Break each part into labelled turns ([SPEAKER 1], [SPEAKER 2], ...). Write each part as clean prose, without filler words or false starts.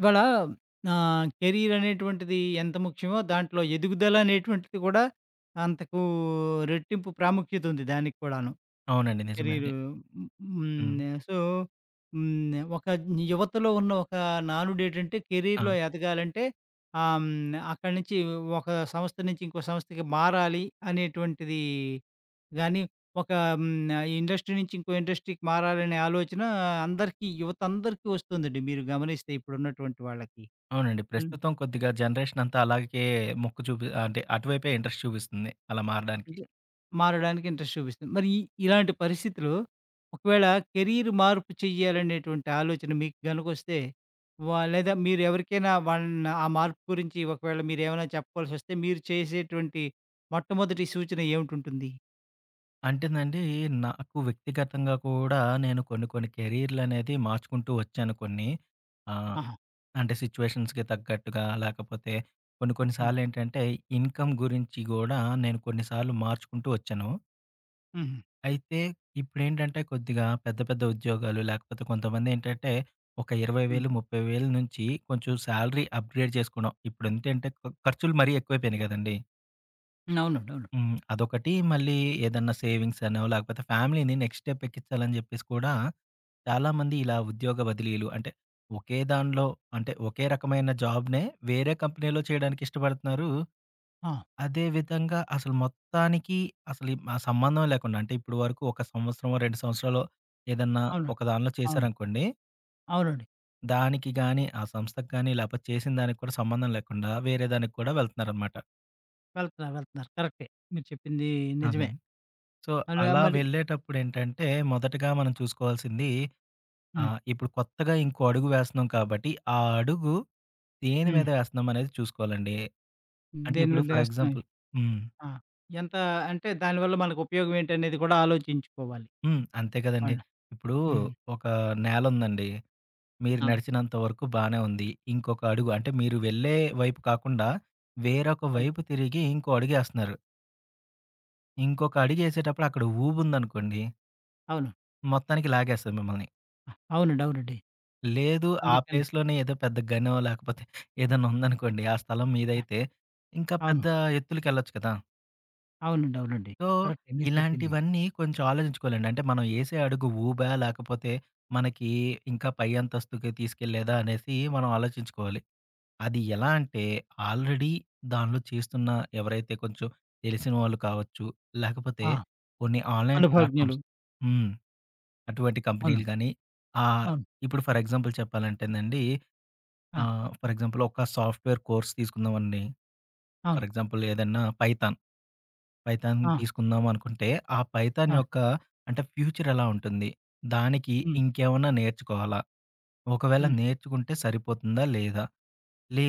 [SPEAKER 1] ఇవాళ కెరీర్ అనేటువంటిది ఎంత ముఖ్యమో, దాంట్లో ఎదుగుదల అనేటువంటిది కూడా అంతకు రెట్టింపు ప్రాముఖ్యత ఉంది దానికి కూడాను.
[SPEAKER 2] అవునండి. నిజమే
[SPEAKER 1] కెరీరు.
[SPEAKER 2] అది.
[SPEAKER 1] హ్మ్.
[SPEAKER 2] హ్మ్.
[SPEAKER 1] హ్మ్. సో, హ్మ్, ఒక యువతలో ఉన్న ఒక నానుడేటంటే
[SPEAKER 2] ఆ!
[SPEAKER 1] కెరీర్‌లో ఎదగాలంటే ఆహ్, హ్మ్. అక్కడి నుంచి ఒక సంస్థ నుంచి ఇంకో సంస్థకి మారాలి అనేటువంటిది గానీ, ఒక హ్మ్, ఇండస్ట్రీ నుంచి ఇంకో ఇండస్ట్రీకి మారాలనే ఆలోచన అందరికీ, యువత అందరికీ వస్తుందండి. మీరు గమనిస్తే ఇప్పుడున్నటువంటి వాళ్ళకి.
[SPEAKER 2] అవునండి. ప్రస్తుతం కొద్దిగా జనరేషన్ అంతా అలాగే మొక్కు చూపి అంటే అటువైపే ఇంట్రెస్ట్ చూపిస్తుంది అలా మారడానికి.
[SPEAKER 1] అంటే మారడానికి ఇంట్రెస్ట్ చూపిస్తుంది. మరి ఇలాంటి పరిస్థితిలో ఒకవేళ కెరీర్ మార్పు చెయ్యాలనేటువంటి ఆలోచన మీకు గనుకొస్తే, లేదా మీరు ఎవరికైనా వాళ్ళని ఆ మార్పు గురించి ఒకవేళ మీరేమైనా చెప్పాల్సొస్తే మీరు చేసేటువంటి మొట్టమొదటి సూచన ఏమిటుంటుంది?
[SPEAKER 2] అంటేనండి, నాకు వ్యక్తిగతంగా కూడా నేను కొన్ని కొన్ని కెరీర్‌లనేది మార్చుకుంటూ వచ్చాను కొన్ని. ఆహ్,
[SPEAKER 1] ఆహా!
[SPEAKER 2] అంటే సిట్యుయేషన్స్‌కి తగ్గట్టుగా లేకపోతే కొన్ని కొన్ని
[SPEAKER 1] హ్మ్.
[SPEAKER 2] సార్లేంటంటే ఇన్‌కమ్ గురించి గూడా నేను కొన్ని సార్లు మార్చుకుంటూ వచ్చాను.
[SPEAKER 1] హుహు.
[SPEAKER 2] అయితే ఇప్పుడేంటంటే కొద్దిగా పెద్ద పెద్ద ఉద్యోగాలు లేకపోతే కొంతమందేంటంటే ఒక
[SPEAKER 1] హ్మ్.
[SPEAKER 2] 20,000, 30,000 నుంచి కొంచెం సాలరీ అప్‌గ్రేడ్ చేసుకోవడం. ఇప్పుడేంటంటే ఖర్చులు మరీ ఎక్కువైపోయినాయి గదండీ!
[SPEAKER 1] అవునండి. అవును.
[SPEAKER 2] హ్మ్. అదొకటి మళ్ళీ ఏదన్నా సేవింగ్స్ అనో లేకపోతే ఫ్యామిలీని నెక్స్ట్ స్టెప్ ఎక్కించాలని జెప్పేసి కూడా చాలామంది ఇలా ఉద్యోగ బదిలీలు అంటే ఒకే దానిలో అంటే ఒకే రకమైన జాబ్‌నే వేరే కంపెనీలో చేయడానికి ఇష్టపడుతున్నారు.
[SPEAKER 1] ఆ!
[SPEAKER 2] అదే విధంగా అసలు మొత్తానికి అసలు మా సంబంధం లేకుండా అంటే ఇప్పుడు వరకు ఒక సంవత్సరమో, 2 సంవత్సరాలో ఏదన్నా
[SPEAKER 1] అవును.
[SPEAKER 2] ఒక దానిలో
[SPEAKER 1] అవును.
[SPEAKER 2] చేశారనుకోండి.
[SPEAKER 1] అవునండి.
[SPEAKER 2] దానికి గాని, ఆ సంస్థకి గాని, లేకపోతే చేసిన దానికి కూడా సంబంధం లేకుండా వేరే దానికి కూడా వెళ్తున్నారనమాట.
[SPEAKER 1] వెళ్తున్నారు, వెళ్తున్నారు. కరెక్టే. మీరు చెప్పింది నిజమే.
[SPEAKER 2] అదండి. సో,
[SPEAKER 1] అలా
[SPEAKER 2] అలా
[SPEAKER 1] మరి
[SPEAKER 2] వెళ్ళేటప్పుడేంటంటే మొదటగా మనం చూసుకోవాల్సింది
[SPEAKER 1] హ్మ్.
[SPEAKER 2] ఇప్పుడు కొత్తగా ఇంకో అడుగు వేస్తున్నాం కాబట్టి, ఆ అడుగు దేని
[SPEAKER 1] హ్మ్.
[SPEAKER 2] మీద వేస్తున్నాం అనేది చూసుకోవాలండి. అంటే
[SPEAKER 1] దేని
[SPEAKER 2] ఇప్పుడు
[SPEAKER 1] మీద
[SPEAKER 2] ఫర్
[SPEAKER 1] వేస్తాం?
[SPEAKER 2] ఎగ్జాంపుల్ హ్మ్.
[SPEAKER 1] ఆ! ఎంత అంటే దానివల్ల మనకు ఉపయోగం ఏంటనేది కూడా ఆలోచించుకోవాలి
[SPEAKER 2] హ్మ్. అంతే కదండీ.
[SPEAKER 1] వాళ్ళు.
[SPEAKER 2] ఇప్పుడు
[SPEAKER 1] హ్మ్.
[SPEAKER 2] ఒక నేలుందండి. మీరు
[SPEAKER 1] అవును.
[SPEAKER 2] నడిచినంత వరకు బానే ఉంది. ఇంకొక అడుగు అంటే మీరు వెళ్ళే వైపు కాకుండా, వేరొక
[SPEAKER 1] అవును.
[SPEAKER 2] వైపు తిరిగి ఇంకో అడుగేస్తున్నారు. ఇంకొక అడుగేసేటప్పుడు అక్కడ ఊబుందనుకోండి,
[SPEAKER 1] అవును.
[SPEAKER 2] మొత్తానికి లాగేస్తది మిమ్మల్ని.
[SPEAKER 1] ఆ! అవునండి. అవునండి.
[SPEAKER 2] లేదు ఆ
[SPEAKER 1] అందుకని
[SPEAKER 2] ప్లేస్‌లోనే ఏదో పెద్ద గనో లేకపోతే ఏదన్నా ఉందనుకోండి, ఆ స్థలం
[SPEAKER 1] ఆ!
[SPEAKER 2] మీదైతే ఇంకా
[SPEAKER 1] అవును.
[SPEAKER 2] పెద్ద ఎత్తులకెళ్ళొచ్చు కదా!
[SPEAKER 1] అవునండి. అవునండి.
[SPEAKER 2] సో,
[SPEAKER 1] కరెక్టే మీరు చెప్పింది.
[SPEAKER 2] ఇలాంటివన్నీ కొంచెం ఆలోచించుకోవాలండి. అంటే మనం ఏసే అడుగు ఊబా? లేకపోతే మనకి ఇంకా పై అంతస్తుకి తీసుకెళ్ళేదా? అనేసి మనం ఆలోచించుకోవాలి. అది ఎలా అంటే ఆల్రెడీ దానిలో చేస్తున్న ఎవరైతే కొంచెం తెలిసిన వాళ్ళు కావచ్చు, లేకపోతే
[SPEAKER 1] ఆ!
[SPEAKER 2] కొన్ని ఆన్‌లైన్
[SPEAKER 1] అనుభవజ్ఞులు.
[SPEAKER 2] ప్లాట్‌ఫార్మ్స్ హ్మ్. అటువంటి
[SPEAKER 1] అవును.
[SPEAKER 2] కంపెనీలు గానీ ఆహ్,
[SPEAKER 1] అవును.
[SPEAKER 2] ఇప్పుడు ఫర్ ఎగ్జాంపుల్ చెప్పాలంటేనండి
[SPEAKER 1] ఆ!
[SPEAKER 2] ఫర్ ఎగ్జాంపుల్ ఒక సాఫ్ట్‌వేర్ కోర్స్ తీసుకుందామండి.
[SPEAKER 1] అవును.
[SPEAKER 2] ఫర్ ఎగ్జాంపుల్ ఏదన్నా పైథాన్. పైథాన్
[SPEAKER 1] ఆ!
[SPEAKER 2] తీసుకుందాం అనుకుంటే, ఆ పైథాన్
[SPEAKER 1] ఆ!
[SPEAKER 2] యొక్క అంటే ఫ్యూచర్ ఎలా ఉంటుంది? దానికి
[SPEAKER 1] హ్మ్.
[SPEAKER 2] ఇంకేమన్నా నేర్చుకోవాలా? ఒకవేళ
[SPEAKER 1] హ్మ్.
[SPEAKER 2] నేర్చుకుంటే సరిపోతుందా? లేదా?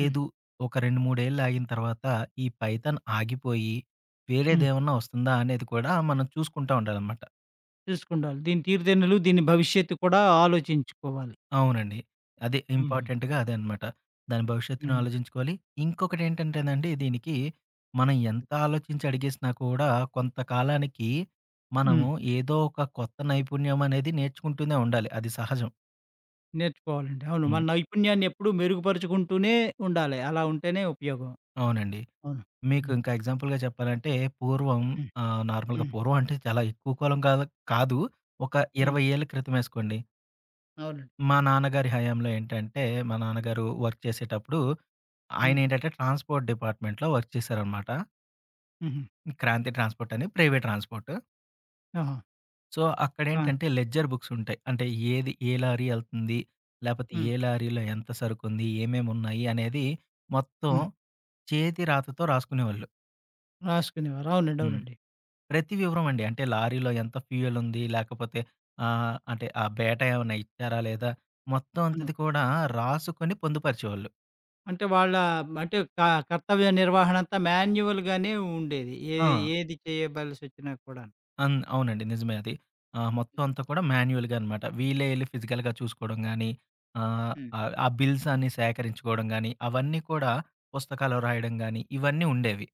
[SPEAKER 1] హ్మ్.
[SPEAKER 2] ఒక 2, 3 ఏళ్ళు ఆగిన తర్వాత ఈ పైథాన్ ఆగిపోయి
[SPEAKER 1] హ్మ్.
[SPEAKER 2] వేరేదేమన్నా వస్తుందా అనేది కూడా మనం చూసుకుంటా ఉండాలన్నమాట.
[SPEAKER 1] చూసుకుండాలి. దీని తీరుదెన్నులు, దీని భవిష్యత్తు కూడా ఆలోచించుకోవాలి.
[SPEAKER 2] అవునండి. అదే
[SPEAKER 1] హుహు.
[SPEAKER 2] ఇంపార్టెంట్‌గా అదే అనమాట. దాని భవిష్యత్తును
[SPEAKER 1] హ్మ్.
[SPEAKER 2] ఆలోచించుకోవాలి. ఇంకొకటేంటంటేనండి, దీనికి మనం ఎంత ఆలోచించి అడిగేసినా కూడా కొంతకాలానికి
[SPEAKER 1] హ్మ్.
[SPEAKER 2] మనము ఏదో ఒక కొత్త నైపుణ్యం అనేది నేర్చుకుంటూనే ఉండాలి. అది సహజం.
[SPEAKER 1] నేర్చుకోవాలండి. అవును. మన
[SPEAKER 2] హ్మ్.
[SPEAKER 1] నైపుణ్యాన్ని ఎప్పుడూ మెరుగుపరుచుకుంటూనే ఉండాలి. అలా ఉంటేనే ఉపయోగం.
[SPEAKER 2] అవునండి.
[SPEAKER 1] అవును.
[SPEAKER 2] మీకు
[SPEAKER 1] హ్మ్.
[SPEAKER 2] ఇంకా ఎగ్జాంపుల్‌గా చెప్పాలంటే పూర్వం
[SPEAKER 1] హ్మ్.
[SPEAKER 2] నార్మల్‌గా
[SPEAKER 1] హ్మ్.
[SPEAKER 2] పూర్వం అంటే చాలా ఎక్కువ కాలం కాదు, కాదు. ఒక
[SPEAKER 1] హ్మ్.
[SPEAKER 2] 20 ఏళ్ల క్రితం ఏసుకోండి.
[SPEAKER 1] అవునండి.
[SPEAKER 2] మా నాన్నగారి హయాంలో ఏంటంటే, మా నాన్నగారు వర్క్ చేసేటప్పుడు,
[SPEAKER 1] హ్మ్.
[SPEAKER 2] ఆయనేంటంటే ట్రాన్స్‌పోర్ట్ డిపార్ట్‌మెంట్‌లో వర్క్ చేశారనమాట.
[SPEAKER 1] హుహు.
[SPEAKER 2] క్రాంతి ట్రాన్స్‌పోర్ట్ అని ప్రైవేట్ ట్రాన్స్‌పోర్ట్.
[SPEAKER 1] ఓహో!
[SPEAKER 2] సో,
[SPEAKER 1] రా.
[SPEAKER 2] అక్కడేంటంటే లెడ్జర్ బుక్స్ ఉంటాయి. అంటే ఏది ఏ లారీ ఎళ్తుంది, లేపోతే
[SPEAKER 1] హ్మ్.
[SPEAKER 2] ఏ లారీలో ఎంత సరుకుంది, ఏమేమున్నాయి అనేది మొత్తం
[SPEAKER 1] హ్మ్.
[SPEAKER 2] చేతి రాతతో రాసుకునేవాళ్ళు.
[SPEAKER 1] రాసుకునేవారు. అవునండి.
[SPEAKER 2] హ్మ్.
[SPEAKER 1] అవునండి.
[SPEAKER 2] ప్రతి వివరం అండి. అంటే లారీలో ఎంత ఫ్యూయల్ ఉంది, లేకపోతే అంటే ఆ బేటా ఏమన్నా ఇచ్చారా లేదా, మొత్తం
[SPEAKER 1] అవును.
[SPEAKER 2] అంతది కూడా రాసుకొని పొందుపరిచేవాళ్ళు.
[SPEAKER 1] అంటే వాళ్ళ, అంటే కర్తవ్య నిర్వహణ అంతా మాన్యువల్‌గానే ఉండేది.
[SPEAKER 2] ఆ!
[SPEAKER 1] ఏది చేయవలసొచ్చినా కూడాను.
[SPEAKER 2] అవునండి. నిజమే అది. మొత్తం అంతా కూడా మాన్యుయల్‌గా అనమాట. వీళ్ళే ఎళ్లి ఫిజికల్‌గా చూసుకోవడం గాని, ఆహ్,
[SPEAKER 1] హ్మ్.
[SPEAKER 2] ఆహ్, ఆ బిల్స్ అన్ని సేకరించుకోవడం గాని, అవన్నీ కూడా పుస్తకాల్లో రాయడం గాని, ఇవన్నీ ఉండేవి.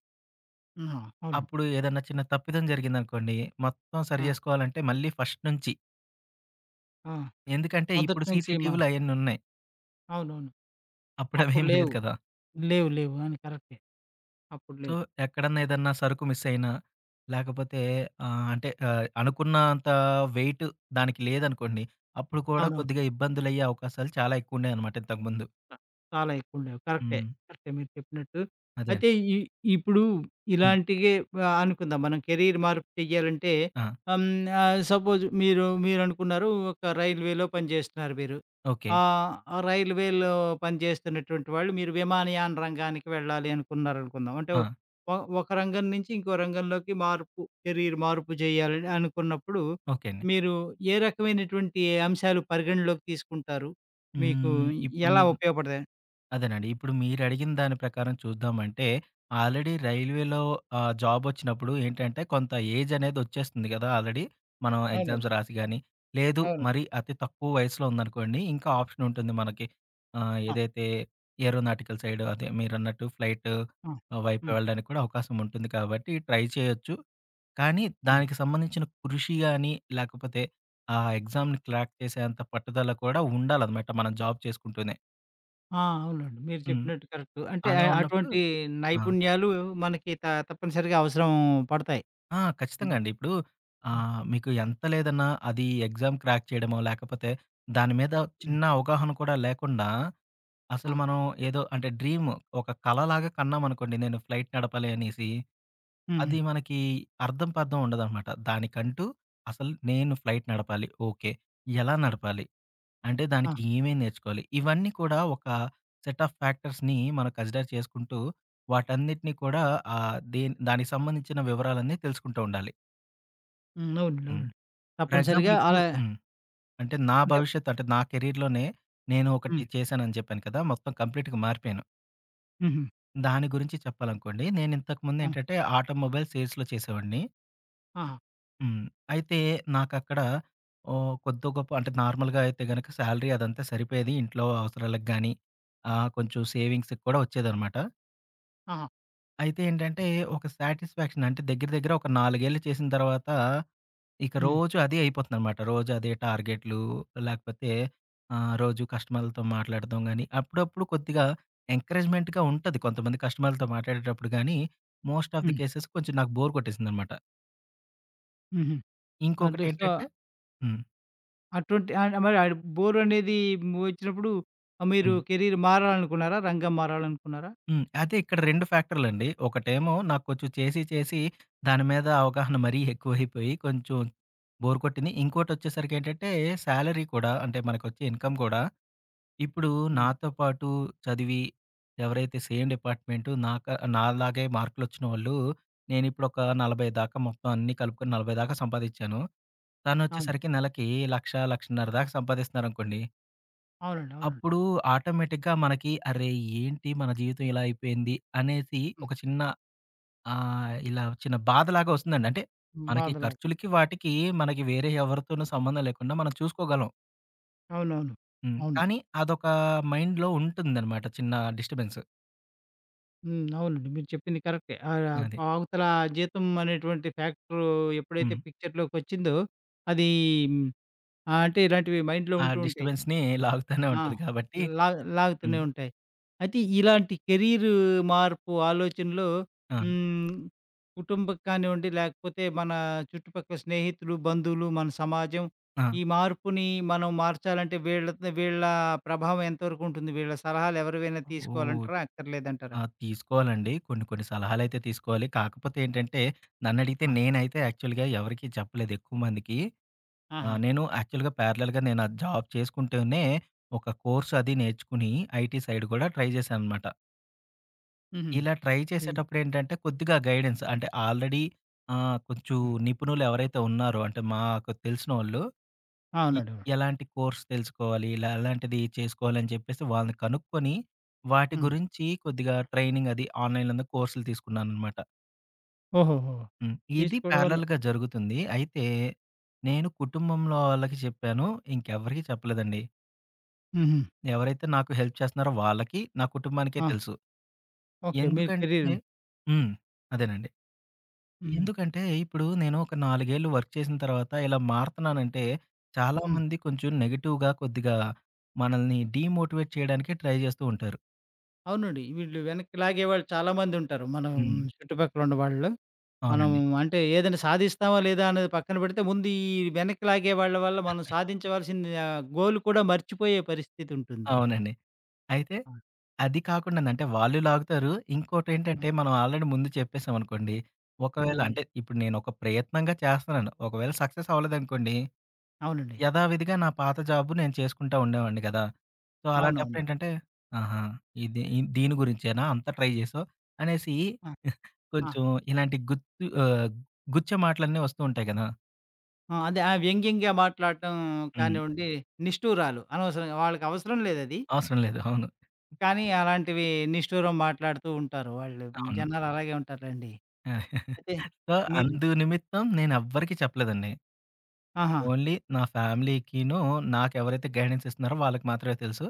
[SPEAKER 1] ఆహా! అవునండి.
[SPEAKER 2] అప్పుడు ఏదన్నా చిన్న తప్పిదం జరిగిందనుకోండి, మొత్తం సరి
[SPEAKER 1] ఆ!
[SPEAKER 2] జేసుకోవాలంటే మళ్ళీ ఫస్ట్ నుంచి.
[SPEAKER 1] ఆ!
[SPEAKER 2] ఎందుకంటే
[SPEAKER 1] మొదటి
[SPEAKER 2] ఇప్పుడు
[SPEAKER 1] నుంచి
[SPEAKER 2] సీసీటీవీలు అయన్నీ ఉన్నాయి.
[SPEAKER 1] అవునవును. అప్పుడు
[SPEAKER 2] అప్పుడవేం లేదు
[SPEAKER 1] లేవు.
[SPEAKER 2] కదా!
[SPEAKER 1] లేవు, లేవు. అవును. కరెక్టే. అప్పుడు
[SPEAKER 2] సో,
[SPEAKER 1] లేవు.
[SPEAKER 2] ఎక్కడన్నా ఏదన్నా సరుకు మిస్ అయినా, లేకపోతే అనుకున్నంత వెయిట్ దానికి లేదనుకోండి. అప్పుడు కూడా
[SPEAKER 1] అవునవును.
[SPEAKER 2] కొద్దిగా ఇబ్బందులయ్యే అవకాశాలు చాలా ఎక్కువున్నాయన్నమాట ఇంతకుముందు.
[SPEAKER 1] ఆ! చాలా ఎక్కువుండేవి. కరెక్టే.
[SPEAKER 2] హ్మ్.
[SPEAKER 1] కరెక్టే మీరు చెప్పినట్టు.
[SPEAKER 2] అదే అండి.
[SPEAKER 1] అయితే ఇ ఇప్పుడు
[SPEAKER 2] హ్మ్.
[SPEAKER 1] ఇలాంటియే అనుకుందాం, మనం కెరీర్ మార్పు చెయ్యాలంటే,
[SPEAKER 2] ఆ!
[SPEAKER 1] ఆహ్, హ్మ్, సపోజ్ మీరనుకున్నారు, ఒక రైల్వేలో పనిచేస్తున్నారు మీరు.
[SPEAKER 2] ఓకే.
[SPEAKER 1] ఆ రైల్వేలో పనిచేస్తున్నటువంటి వాళ్ళు మీరు విమానయాన రంగానికి వెళ్ళాలి అనుకున్నారనుకుందాం. అంటే
[SPEAKER 2] ఆ!
[SPEAKER 1] ఒ ఒక రంగం నుంచి ఇంకో రంగంలోకి మార్పు, కెరీర్ మార్పు చేయాలని అనుకున్నప్పుడు
[SPEAKER 2] ఓకే అండి.
[SPEAKER 1] మీరు ఏ రకమైనటువంటి అంశాలు పరిగణలోకి తీసుకుంటారు? మీకు
[SPEAKER 2] హ్మ్. ఇప్పుడు
[SPEAKER 1] ఎలా
[SPEAKER 2] మీరు
[SPEAKER 1] ఉపయోగపడతాయి?
[SPEAKER 2] అదేనండి. ఇప్పుడు మీరడిగిన దాని ప్రకారం చూద్దామంటే, ఆల్రెడీ రైల్వేలో జాబొచ్చినప్పుడు ఏంటంటే, కొంత ఏజనేదొచ్చేస్తుంది గదా! ఆల్రెడీ. మనం
[SPEAKER 1] అవునండి.
[SPEAKER 2] ఎగ్జామ్స్ రాసి గాని, లేదు
[SPEAKER 1] అవునండి.
[SPEAKER 2] మరి అతి తక్కువ వయసులో ఉందనుకోండి, ఇంకా ఆప్షనుంటుంది మనకి.
[SPEAKER 1] ఆ!
[SPEAKER 2] ఏదైతే ఏరోనాటికల్ సైడ్ అదే మీరన్నట్టు ఫ్లైట్
[SPEAKER 1] ఆ!
[SPEAKER 2] వైపు
[SPEAKER 1] హ్మ్.
[SPEAKER 2] వెళ్ళడానికి కూడా అవకాశం ఉంటుంది కాబట్టి ట్రై చేయొచ్చు. కానీ
[SPEAKER 1] ఆ!
[SPEAKER 2] దానికి సంబంధించిన కృషి గాని, లేకపోతే ఆ ఎగ్జామ్‌ని క్రాక్ చేసేంత పట్టుదల కూడా ఉండాలనమాట మనం జాబ్ చేసుకుంటూనే.
[SPEAKER 1] ఆ! అవునండి. మీరు
[SPEAKER 2] హ్మ్.
[SPEAKER 1] చెప్పినట్టు కరెక్ట్. అంటే
[SPEAKER 2] అలా ఉన్నప్పుడు
[SPEAKER 1] అటువంటి
[SPEAKER 2] ఆ!
[SPEAKER 1] నైపుణ్యాలు మనకి తప్పనిసరిగా అవసరం పడతాయి.
[SPEAKER 2] ఆ! ఖచ్చితంగా
[SPEAKER 1] హ్మ్.
[SPEAKER 2] అండి. ఇప్పుడు
[SPEAKER 1] ఆ!
[SPEAKER 2] మీకు ఎంత లేదన్నా అది ఎగ్జామ్ క్రాక్ చేయడమో, లేకపోతే దాని మీద
[SPEAKER 1] హ్మ్.
[SPEAKER 2] చిన్న అవగాహన కూడా లేకుండా అసలు
[SPEAKER 1] ఆ!
[SPEAKER 2] మనం ఏదో అంటే డ్రీమ్ ఒక కలలాగా కన్నామనుకోండి. నేను ఫ్లైట్ నడపాలి అనేసి.
[SPEAKER 1] హ్మ్.
[SPEAKER 2] అది మనకి అర్థం పర్థం ఉండదనమాట. దానికంటూ అసలు నేను ఫ్లైట్ నడపాలి. ఓకే. ఎలా నడపాలి? అంటే
[SPEAKER 1] ఆ!
[SPEAKER 2] దానికి ఏమేం నేర్చుకోవాలి? ఇవన్నీ కూడా ఒక సెట్ ఆఫ్ ఫ్యాక్టర్స్‌ని మనం కన్సిడర్ చేసుకుంటూ వాటన్నిటిని కూడా దానికి సంబంధించిన వివరాలన్నీ తెలుసుకుంటూ ఉండాలి.
[SPEAKER 1] హ్మ్. అవునండి.
[SPEAKER 2] హ్మ్.
[SPEAKER 1] అవునండి.
[SPEAKER 2] ఫర్ ఎగ్జాంపుల్
[SPEAKER 1] తప్పనిసరిగా
[SPEAKER 2] ఖచ్చితంగా. ఇప్పుడు
[SPEAKER 1] అలా,
[SPEAKER 2] హ్మ్. అంటే నా
[SPEAKER 1] అంటే
[SPEAKER 2] భవిష్యత్తు అంటే నా కెరియర్‌లోనే నేను ఒకటి
[SPEAKER 1] హ్మ్.
[SPEAKER 2] చేశానని చెప్పాను కదా! మొత్తం కంప్లీట్‌గా మారిపోయాను.
[SPEAKER 1] హుహు.
[SPEAKER 2] దాని గురించి చెప్పాలనుకోండి. నేను
[SPEAKER 1] ఆ!
[SPEAKER 2] ఇంతకుముందేంటంటే ఆటోమొబైల్ సేల్స్‌లో చేసేవాడిని.
[SPEAKER 1] ఆహా!
[SPEAKER 2] హ్మ్. అయితే నాకక్కడ కొద్దో గొప్పో అంటే నార్మల్‌గా అయితే గనక శాలరీ అదంతా సరిపోయేది. ఇంట్లో అవసరాలకు గాని, కొంచెం సేవింగ్స్‌కి కూడా వచ్చేదనమాట.
[SPEAKER 1] ఆహా!
[SPEAKER 2] అయితే ఏంటంటే, ఒక సాటిస్ఫాక్షన్ అంటే దగ్గర దగ్గర ఒక 4 ఏళ్ళు చేసిన తర్వాత, ఇక
[SPEAKER 1] హ్మ్.
[SPEAKER 2] రోజు అదే అయిపోతుందనమాట. రోజు అదే టార్గెట్లు లేకపోతే రోజు కస్టమర్లతో మాట్లాడడం గాని, అప్పుడప్పుడు కొద్దిగా ఎంకరేజ్‌మెంట్‌గా ఉంటది. కొంతమంది కస్టమర్లతో మాట్లాడేటప్పుడు గాని, most of the
[SPEAKER 1] hmm.
[SPEAKER 2] Cases కొంచెం నాకు బోర్ కొట్టేసిందనమాట.
[SPEAKER 1] హుహు. అంటే సో,
[SPEAKER 2] ఇంకొకటేంటంటే హ్మ్.
[SPEAKER 1] అటువంటి మరి ఆడ బోర్ అనేది వచ్చినప్పుడు మీరు
[SPEAKER 2] హ్మ్.
[SPEAKER 1] కెరీర్ మారాలనుకున్నారా? రంగం మారాలనుకున్నారా?
[SPEAKER 2] హ్మ్. అదే ఇక్కడ 2 ఫ్యాక్టర్‌లండి. ఒకటేమో నాకు కొంచెం చేసి చేసి దాని మీద అవగాహన మరీ ఎక్కువైపోయి కొంచెం బోర్ కొట్టింది. ఇంకోటొచ్చేసరికేంటంటే సాలరీ కూడా అంటే మనకొచ్చే ఇన్‌కమ్ కూడా ఇప్పుడు
[SPEAKER 1] హ్మ్.
[SPEAKER 2] నాతో పాటు చదివి ఎవరైతే సేమ్ డిపార్ట్‌మెంటు నాలాగే మార్కులొచ్చిన వాళ్ళు నేనిప్పుడు ఒక 40 దాకా మొత్తం అన్నీ కలుపుకొని 40 దాకా సంపాదిచ్చాను.
[SPEAKER 1] అవును.
[SPEAKER 2] తనొచ్చేసరికి నెలకి 1,00,000, 1,50,000 దాకా సంపాదిస్తున్నారనుకోండి.
[SPEAKER 1] అవునండి. అవునండి.
[SPEAKER 2] అప్పుడు ఆటోమేటిక్‌గా మనకి అరే! ఏంటి మన జీవితం ఇలా అయిపోయింది అనేసి ఒక చిన్న ఇలా చిన్న బాధలాగా వస్తుందండి. అంటే మనకి
[SPEAKER 1] బాధలా.
[SPEAKER 2] ఖర్చులకి వాటికి మనకి వేరే ఎవరితోనూ సంబంధం లేకుండా మనం చూసుకోగలం.
[SPEAKER 1] అవునవును.
[SPEAKER 2] హ్మ్.
[SPEAKER 1] అవును.
[SPEAKER 2] కానీ అదొక మైండ్‌లో ఉంటుందనమాట చిన్న డిస్టర్బెన్స్.
[SPEAKER 1] హ్మ్. అవునండి. మీరు చెప్పింది కరెక్టే.
[SPEAKER 2] అది.
[SPEAKER 1] అవతల జీతం అనేటువంటి ఫ్యాక్టరు ఎప్పుడైతే
[SPEAKER 2] హ్మ్.
[SPEAKER 1] పిక్చర్‌లోకొచ్చిందో అది అంటే ఇలాంటివి మైండ్‌లో
[SPEAKER 2] ఆ
[SPEAKER 1] ఉంటూ ఉంటాయి.
[SPEAKER 2] డిస్టర్బెన్స్‌ని లాగుతానే
[SPEAKER 1] ఆ!
[SPEAKER 2] ఉంటది కాబట్టి
[SPEAKER 1] లా లాగుతూనే
[SPEAKER 2] హ్మ్.
[SPEAKER 1] ఉంటాయి. అయితే ఇలాంటి కెరీర్ మార్పు ఆలోచనలో
[SPEAKER 2] అవును.
[SPEAKER 1] హ్మ్, కుటుంబం కానివ్వండి, లేకపోతే మన చుట్టుపక్కల స్నేహితులు, బంధువులు, మన సమాజం,
[SPEAKER 2] ఆ!
[SPEAKER 1] ఈ మార్పుని మనం మార్చాలంటే వీళ్ళ, వీళ్ళ ప్రభావం ఎంతవరకు ఉంటుంది? వీళ్ళ సలహాలు ఎవరివైనా
[SPEAKER 2] ఓహ్!
[SPEAKER 1] తీసుకోవాలంటారా? అక్కర్లేదంటారా?
[SPEAKER 2] ఆ! తీసుకోవాలండి. కొన్ని కొన్ని సలహాలైతే తీసుకోవాలి. కాకపోతే ఏంటంటే నన్నడిగితే
[SPEAKER 1] ఆ!
[SPEAKER 2] నేనైతే యాక్చువల్‌గా ఎవరికీ చెప్పలేదు ఎక్కువ మందికి. ఆ!
[SPEAKER 1] ఆహా!
[SPEAKER 2] నేను యాక్చువల్‌గా ప్యారలెల్‌గా నేను అది జాబ్ చేసుకుంటూనే, ఒక కోర్స్ అది నేర్చుకుని, ఐటీ సైడ్ కూడా ట్రై చేశాననమాట.
[SPEAKER 1] హుహు.
[SPEAKER 2] ఇలా ట్రై
[SPEAKER 1] ఈ
[SPEAKER 2] చేసేటప్పుడేంటంటే, కొద్దిగా గైడెన్స్ అంటే ఆల్రెడీ కొంచెం
[SPEAKER 1] ఆ!
[SPEAKER 2] నిపుణులు ఎవరైతే ఉన్నారో, అంటే మాకు తెలిసినోళ్ళు, ఎ
[SPEAKER 1] అవునండి. అవును.
[SPEAKER 2] ఎలాంటి కోర్స్ తెలుసుకోవాలి, ఇలా ఎలాంటిది చేసుకోవాలని చెప్పేసి వాళ్ళని కనుక్కొని, వాటి
[SPEAKER 1] హ్మ్.
[SPEAKER 2] గురించి కొద్దిగా ట్రైనింగ్ అది ఆన్‌లైన్‌లోనే కోర్సులు తీసుకున్నాననమాట.
[SPEAKER 1] ఓహోహో!
[SPEAKER 2] హ్మ్. ఇది
[SPEAKER 1] తీసుకోవడం వల్ల
[SPEAKER 2] ప్యారలెల్‌గా జరుగుతుంది. అయితే, నేను కుటుంబంలో వాళ్ళకి చెప్పాను. ఇంకెవ్వరికీ చెప్పలేదండి.
[SPEAKER 1] హుహు.
[SPEAKER 2] ఎవరైతే నాకు హెల్ప్ చేస్తున్నారో వాళ్ళకి, నా కుటుంబానికే
[SPEAKER 1] ఆ!
[SPEAKER 2] తెలుసు.
[SPEAKER 1] ఓకే. మీ
[SPEAKER 2] ఎందుకంటే
[SPEAKER 1] కెరీర్.
[SPEAKER 2] హ్మ్. అదేనండి.
[SPEAKER 1] హ్మ్.
[SPEAKER 2] ఎందుకంటే ఇప్పుడు నేను ఒక 4 ఏళ్ళు వర్క్ చేసిన తర్వాత ఇలా మారుతున్నానంటే
[SPEAKER 1] హ్మ్.
[SPEAKER 2] చాలామంది కొంచెం నెగెటివ్‌గా కొద్దిగా మనల్ని డీమోటివేట్ చేయడానికే ట్రై చేస్తూ ఉంటారు.
[SPEAKER 1] అవునండి. వీళ్ళు వెనక్కి లాగేవాళ్ళు చాలామందుంటారు. మనం
[SPEAKER 2] హ్మ్.
[SPEAKER 1] చుట్టుపక్కల ఉన్న వాళ్ళు. మనం
[SPEAKER 2] అవునండి.
[SPEAKER 1] అంటే ఏదైనా సాధిస్తామా లేదా అనేది పక్కన పెడితే, ముందు ఈ వెనక్కి లాగే వాళ్ళ వల్ల మనం సాధించవలసింది గోల్ కూడా మర్చిపోయే పరిస్థితుంటుంది.
[SPEAKER 2] అవునండి. అయితే
[SPEAKER 1] ఆ!
[SPEAKER 2] అది కాకుండానే అంటే వాళ్ళు లాగుతారు.
[SPEAKER 1] హ్మ్.
[SPEAKER 2] ఇంకోటేంటంటే మనం ఆల్రెడీ ముందు చెప్పేసామనుకోండి. ఒకవేళ
[SPEAKER 1] హ్మ్.
[SPEAKER 2] అంటే ఇప్పుడు నేనొక ప్రయత్నంగా చేస్తున్నాను. ఒకవేళ సక్సెస్ అవ్వలేదనుకోండి,
[SPEAKER 1] అవునండి.
[SPEAKER 2] యథావిధిగా నా పాత జాబు నేను చేసుకుంటా ఉండేవాడిని కదా! సో, అవును.
[SPEAKER 1] అవునవును.
[SPEAKER 2] అలాంటప్పుడేంటంటే, ఆహా! ఇది ఇ దీని గురించేనా అంత ట్రై చేసావు? అనేసి
[SPEAKER 1] ఆ! ఆ!
[SPEAKER 2] కొంచెం ఇలాంటి గుత్తు గుచ్చే మాటలన్నీ వస్తూ ఉంటాయి కదా!
[SPEAKER 1] ఆ! అదే, ఆ వ్యంగ్యంగా మాట్లాడటం
[SPEAKER 2] హ్మ్.
[SPEAKER 1] కానివ్వండి, నిష్ఠూరాలు, అనవసరంగా వాళ్ళకవసరం లేదది.
[SPEAKER 2] అవసరం లేదు. అవును.
[SPEAKER 1] కానీ అలాంటివి నిష్ఠూరం మాట్లాడుతూ ఉంటారు వాళ్ళు.
[SPEAKER 2] అవును.
[SPEAKER 1] జనాలు అలాగే ఉంటారులెండి. అయితే
[SPEAKER 2] సో,
[SPEAKER 1] మీరు
[SPEAKER 2] అందు నిమిత్తం నేనెవ్వరికీ చెప్పలేదండి.
[SPEAKER 1] ఆహా!
[SPEAKER 2] ఓన్లీ నా ఫ్యామిలీకిను, నాకెవరైతే గైడెన్స్ ఇస్తున్నారో వాళ్ళకి మాత్రమే తెలుసు.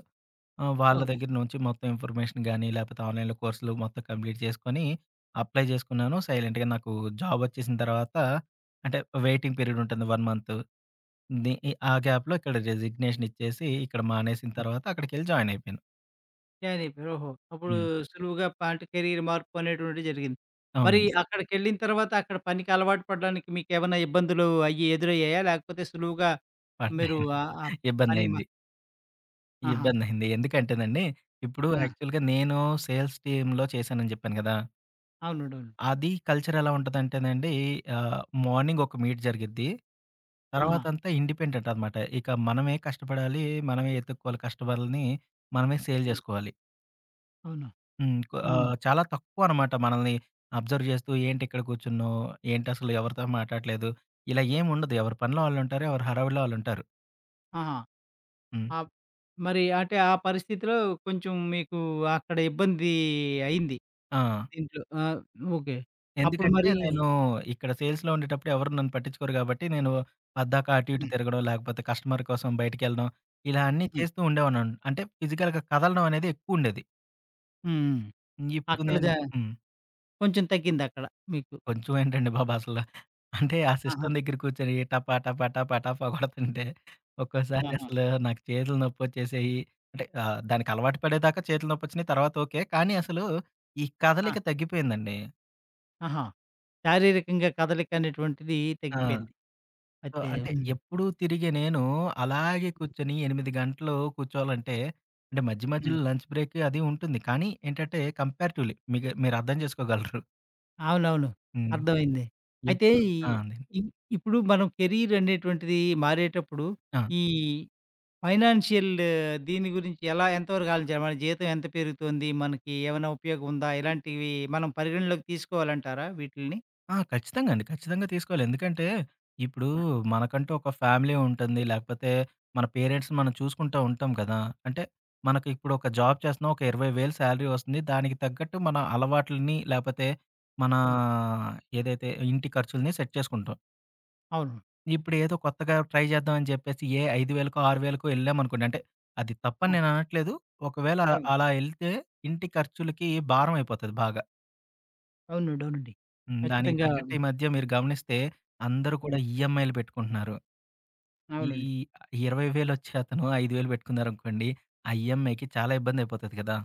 [SPEAKER 2] వాళ్ళ ఓకే.
[SPEAKER 1] ఓహ్!
[SPEAKER 2] దగ్గర నుంచి మొత్తం ఇన్ఫర్మేషన్ గాని, లేపోతే ఆన్‌లైన్‌లో కోర్సులు మొత్తం కంప్లీట్ చేసుకొని, అప్లై చేసుకున్నాను. సైలెంట్‌గా నాకు జాబొచ్చేసిన తర్వాత అంటే వెయిటింగ్ పీరియడ్ ఉంటుంది 1 మంత్. ది ఈ ఆ గ్యాప్‌లో ఇక్కడ రెసిగ్నేషన్ ఇచ్చేసి, ఇక్కడ మానేసిన తర్వాత అక్కడికెళ్ళి జాయిన్ అయిపోయాను.
[SPEAKER 1] జాయిన్ అయిపోయారు. ఓహో! అప్పుడు
[SPEAKER 2] హ్మ్.
[SPEAKER 1] హ్మ్, సులువుగా పాంట్ కెరీర్ మార్పు అనేటువంటిది జరిగింది. మరి
[SPEAKER 2] అవునండి.
[SPEAKER 1] హ్మ్, అక్కడికెళ్ళిన తర్వాత అక్కడ పనికి అలవాటు పడడానికి మీకేమన్నా ఇబ్బందులు అయ్యి ఎదురయ్యాయా? లేకపోతే సులువుగా మీరు
[SPEAKER 2] పడ్డాయండి.
[SPEAKER 1] హ్మ్, ఆ పని
[SPEAKER 2] ఇబ్బందయింది.
[SPEAKER 1] ఆహా!
[SPEAKER 2] ఇబ్బందయింది. ఎందుకంటేనండి, ఇప్పుడు
[SPEAKER 1] ఆ!
[SPEAKER 2] యాక్చువల్‌గా నేను సేల్స్ టీమ్‌లో చేశానని చెప్పాను గదా!
[SPEAKER 1] అవునండి. అవును.
[SPEAKER 2] అది కల్చర్ ఎలా ఉంటదంటేనండి ఆహ్, మార్నింగ్ ఒక మీట్ జరిగిద్ది. హ్మ్.
[SPEAKER 1] ఆహా!
[SPEAKER 2] తర్వాతంతా ఇండిపెండెంట్ అనమాట. ఇక మనమే కష్టపడాలి. మనమే ఎతుక్కోవాలి కస్టమర్‌లని. మనమే సేల్
[SPEAKER 1] ఆ! హ్మ్.
[SPEAKER 2] జేసుకోవాలి.
[SPEAKER 1] అవును.
[SPEAKER 2] హ్మ్.
[SPEAKER 1] అవును.
[SPEAKER 2] చాలా తక్కువ అనమాట మనల్ని అబ్జర్వ్ జేస్తూ ఏంటి ఇక్కడ కూర్చున్నావు? ఏంటసలు ఎవరితో మాట్లాడట్లేదు? ఇలా ఏముండదు. ఎవరి పనిలో ఆళ్ళుంటారు. ఎవరి హడావిడిలో ఆళ్ళుంటారు.
[SPEAKER 1] ఆహా!
[SPEAKER 2] హ్మ్.
[SPEAKER 1] ఆహ్, మరి అంటే ఆ పరిస్థితిలో కొంచెం మీకు అక్కడ ఇబ్బంది అయింది.
[SPEAKER 2] ఆ!
[SPEAKER 1] దీంట్లో ఆ! ఓకే. అప్పుడు
[SPEAKER 2] ఎందుకంటే
[SPEAKER 1] మరి
[SPEAKER 2] నేను ఇక్కడ సేల్స్‌లో ఉండేటప్పుడు ఎవరు నన్ను పట్టించుకోరు గాబట్టి, నేను పద్దాక అటు ఇటు
[SPEAKER 1] హ్మ్.
[SPEAKER 2] తిరగడం, లేకపోతే కస్టమర్ కోసం బయటికెళ్ళడం, ఇలా అన్నీ
[SPEAKER 1] హ్మ్.
[SPEAKER 2] చేస్తూ ఉండేవాడినండి. అంటే ఫిజికల్‌గా కదలడం అనేది ఎక్కువుండేది.
[SPEAKER 1] హ్మ్.
[SPEAKER 2] ఇప్పుడు
[SPEAKER 1] అక్కడ
[SPEAKER 2] నేను హ్మ్.
[SPEAKER 1] కొంచెం తగ్గిందక్కడ మీకు.
[SPEAKER 2] కొంచెం ఏంటండి బాబు అసల. అంటే ఆ
[SPEAKER 1] ఆహా!
[SPEAKER 2] సిస్టమ్ దగ్గర కూర్చొని టపా, టపా, టపా, టపా కొడుతుంటే ఒక్కోసారి
[SPEAKER 1] ఆహా!
[SPEAKER 2] అసలు నాకు చేతులు నొప్పొచ్చేసేయి. అంటే దానికి అలవాటు పడేదాకా చేతులు నొప్పొచ్చినాయి. తర్వాత ఓకే. కానీ అసలు ఈ
[SPEAKER 1] ఆ!
[SPEAKER 2] కదలిక తగ్గిపోయిందండి.
[SPEAKER 1] ఆహా! శారీరకంగా కదలిక అనేటువంటిది
[SPEAKER 2] ఆ!
[SPEAKER 1] తగ్గిపోయింది.
[SPEAKER 2] సో,
[SPEAKER 1] అయితే
[SPEAKER 2] అంటే
[SPEAKER 1] హ్మ్.
[SPEAKER 2] ఎప్పుడు తిరిగే నేను అలాగే కూర్చొని 8 గంటలు కూర్చోవాలంటే, అంటే మధ్య
[SPEAKER 1] హ్మ్.
[SPEAKER 2] మధ్యలో లంచ్ బ్రేక్ అది ఉంటుంది. కానీ ఏంటంటే కంపారిటివ్‌లీ మీకు మీరు అర్థం చేసుకోగలరు.
[SPEAKER 1] అవునవును.
[SPEAKER 2] హ్మ్.
[SPEAKER 1] అర్థమైంది. అయితే
[SPEAKER 2] ఎప్పుడు ఆ! అండి.
[SPEAKER 1] ఇ ఇప్పుడు మనం కెరీర్ అనేటువంటిది మారేటప్పుడు,
[SPEAKER 2] ఆ!
[SPEAKER 1] ఈ ఫైనాన్షియల్, దీని గురించి ఎలా, ఎంతవరకు ఆలోచించాలి? మన జీతం ఎంత పెరుగుతోంది? మనకి ఏమైనా ఉపయోగం ఉందా? ఇలాంటివి మనం పరిగణలోకి తీసుకోవాలంటారా వీటిల్ని?
[SPEAKER 2] ఆ! ఖచ్చితంగా అండి. ఖచ్చితంగా తీసుకోవాలి. ఎందుకంటే ఇప్పుడు
[SPEAKER 1] ఆ!
[SPEAKER 2] మనకంటూ ఒక ఫ్యామిలీ ఉంటుంది. లేకపోతే మన పేరెంట్స్‌ని మనం చూసుకుంటూ ఉంటాం కదా! అంటే మనకి ఇప్పుడు ఒక జాబ్ చేస్తున్నాం. ఒక 20,000 సాలరీ వస్తుంది. దానికి తగ్గట్టు మన అలవాట్లని లేకపోతే మన
[SPEAKER 1] హ్మ్.
[SPEAKER 2] ఏదైతే ఇంటి ఖర్చుల్ని సెట్ చేసుకుంటాం.
[SPEAKER 1] అవును.
[SPEAKER 2] ఇప్పుడేదో కొత్తగా ట్రై చేద్దాం అని చెప్పేసి ఏ 5,000కో, 6,000కో ఎళ్ళామనుకోండి. అంటే అది తప్పని
[SPEAKER 1] ఆ!
[SPEAKER 2] నేననట్లేదు. ఒకవేళ
[SPEAKER 1] అవును.
[SPEAKER 2] అలా ఎళ్తే ఇంటి ఖర్చులకి భారం అయిపోతది బాగా.
[SPEAKER 1] అవునండి. అవునండి.
[SPEAKER 2] హ్మ్. దానికి
[SPEAKER 1] ఖచ్చితంగా
[SPEAKER 2] తగ్గట్టు ఈ మధ్య మీరు గమనిస్తే అందరూ కూడా
[SPEAKER 1] హ్మ్.
[SPEAKER 2] ఈఎంఐలు పెట్టుకుంటున్నారు. ఈ
[SPEAKER 1] అవునండి.
[SPEAKER 2] 20,000 వచ్చే అతను 5,000 పెట్టుకున్నారనుకోండి. ఆ ఈఎంఐకి చాలా ఇబ్బంది అయిపోతది కదా!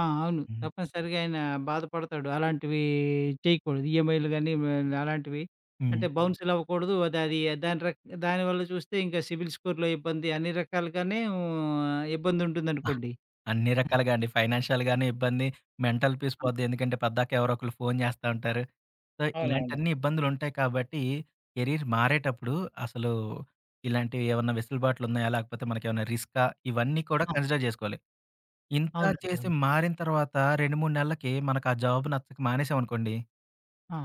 [SPEAKER 1] ఆ! అవును.
[SPEAKER 2] హ్మ్.
[SPEAKER 1] తప్పనిసరిగా ఆయన బాధపడతాడు. అలాంటివి చేయకూడదు. ఈఎంఐలు గాని అలాంటివి,
[SPEAKER 2] హ్మ్.
[SPEAKER 1] అంటే హ్మ్, బౌన్సులు అవ్వకూడదు. అది అది దాని రక్ దానివల్ల చూస్తే ఇంకా సిబిల్ స్కోర్‌లో ఇబ్బంది, అన్ని రకాలుగానే ఇబ్బందుంటుందనుకోండి.
[SPEAKER 2] అన్ని రకాలుగా అండి. ఫైనాన్షియల్‌గానే ఇబ్బంది, మెంటల్ పీస్
[SPEAKER 1] ఆ!
[SPEAKER 2] పోద్ది. ఎందుకంటే పద్దాక ఎవరో ఒకళ్ళు ఫోను చేస్తా ఉంటారు. సో,
[SPEAKER 1] అవునవును.
[SPEAKER 2] ఇలాంటన్ని ఇబ్బందులుంటాయి కాబట్టి కెరీర్ మారేటప్పుడు అసలు ఇలాంటివి ఏమన్నా వెసులుబాట్లున్నాయా? లేకపోతే మనకేమన్నా రిస్కా? ఇవన్నీ కూడా
[SPEAKER 1] ఆ!
[SPEAKER 2] కన్సిడర్ జేసుకోవాలి. ఇంత
[SPEAKER 1] అవునండి.
[SPEAKER 2] చేసి
[SPEAKER 1] అవును.
[SPEAKER 2] మారిన తర్వాత 2, 3 నెలలకి మనకు ఆ జాబ్ నచ్చక మానేసామనుకోండి,
[SPEAKER 1] ఆ!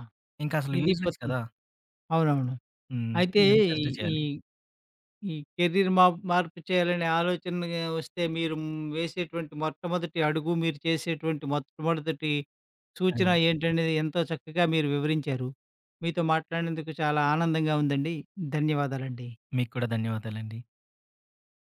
[SPEAKER 2] ఇంకసలు
[SPEAKER 1] ఇది
[SPEAKER 2] యూజ్‌లెస్
[SPEAKER 1] పోతుంది.
[SPEAKER 2] కదా!
[SPEAKER 1] అవునవును.
[SPEAKER 2] హ్మ్. సో,
[SPEAKER 1] అయితే
[SPEAKER 2] ఇవన్నీ
[SPEAKER 1] హ్మ్,
[SPEAKER 2] కన్సిడర్
[SPEAKER 1] ఈ
[SPEAKER 2] చేయాలి.
[SPEAKER 1] ఈ కెరీర్ మార్పు చేయాలనే ఆలోచన వస్తే మీరు వేసేటువంటి మొట్టమొదటి అడుగు, మీరు చేసేటువంటి మొట్టమొదటి సూచన
[SPEAKER 2] అదండి.
[SPEAKER 1] ఏంటనేది ఎంతో చక్కగా మీరు వివరించారు. మీతో మాట్లాడినందుకు చాలా ఆనందంగా ఉందండి. ధన్యవాదాలండి.
[SPEAKER 2] మీకు కూడా ధన్యవాదాలండి.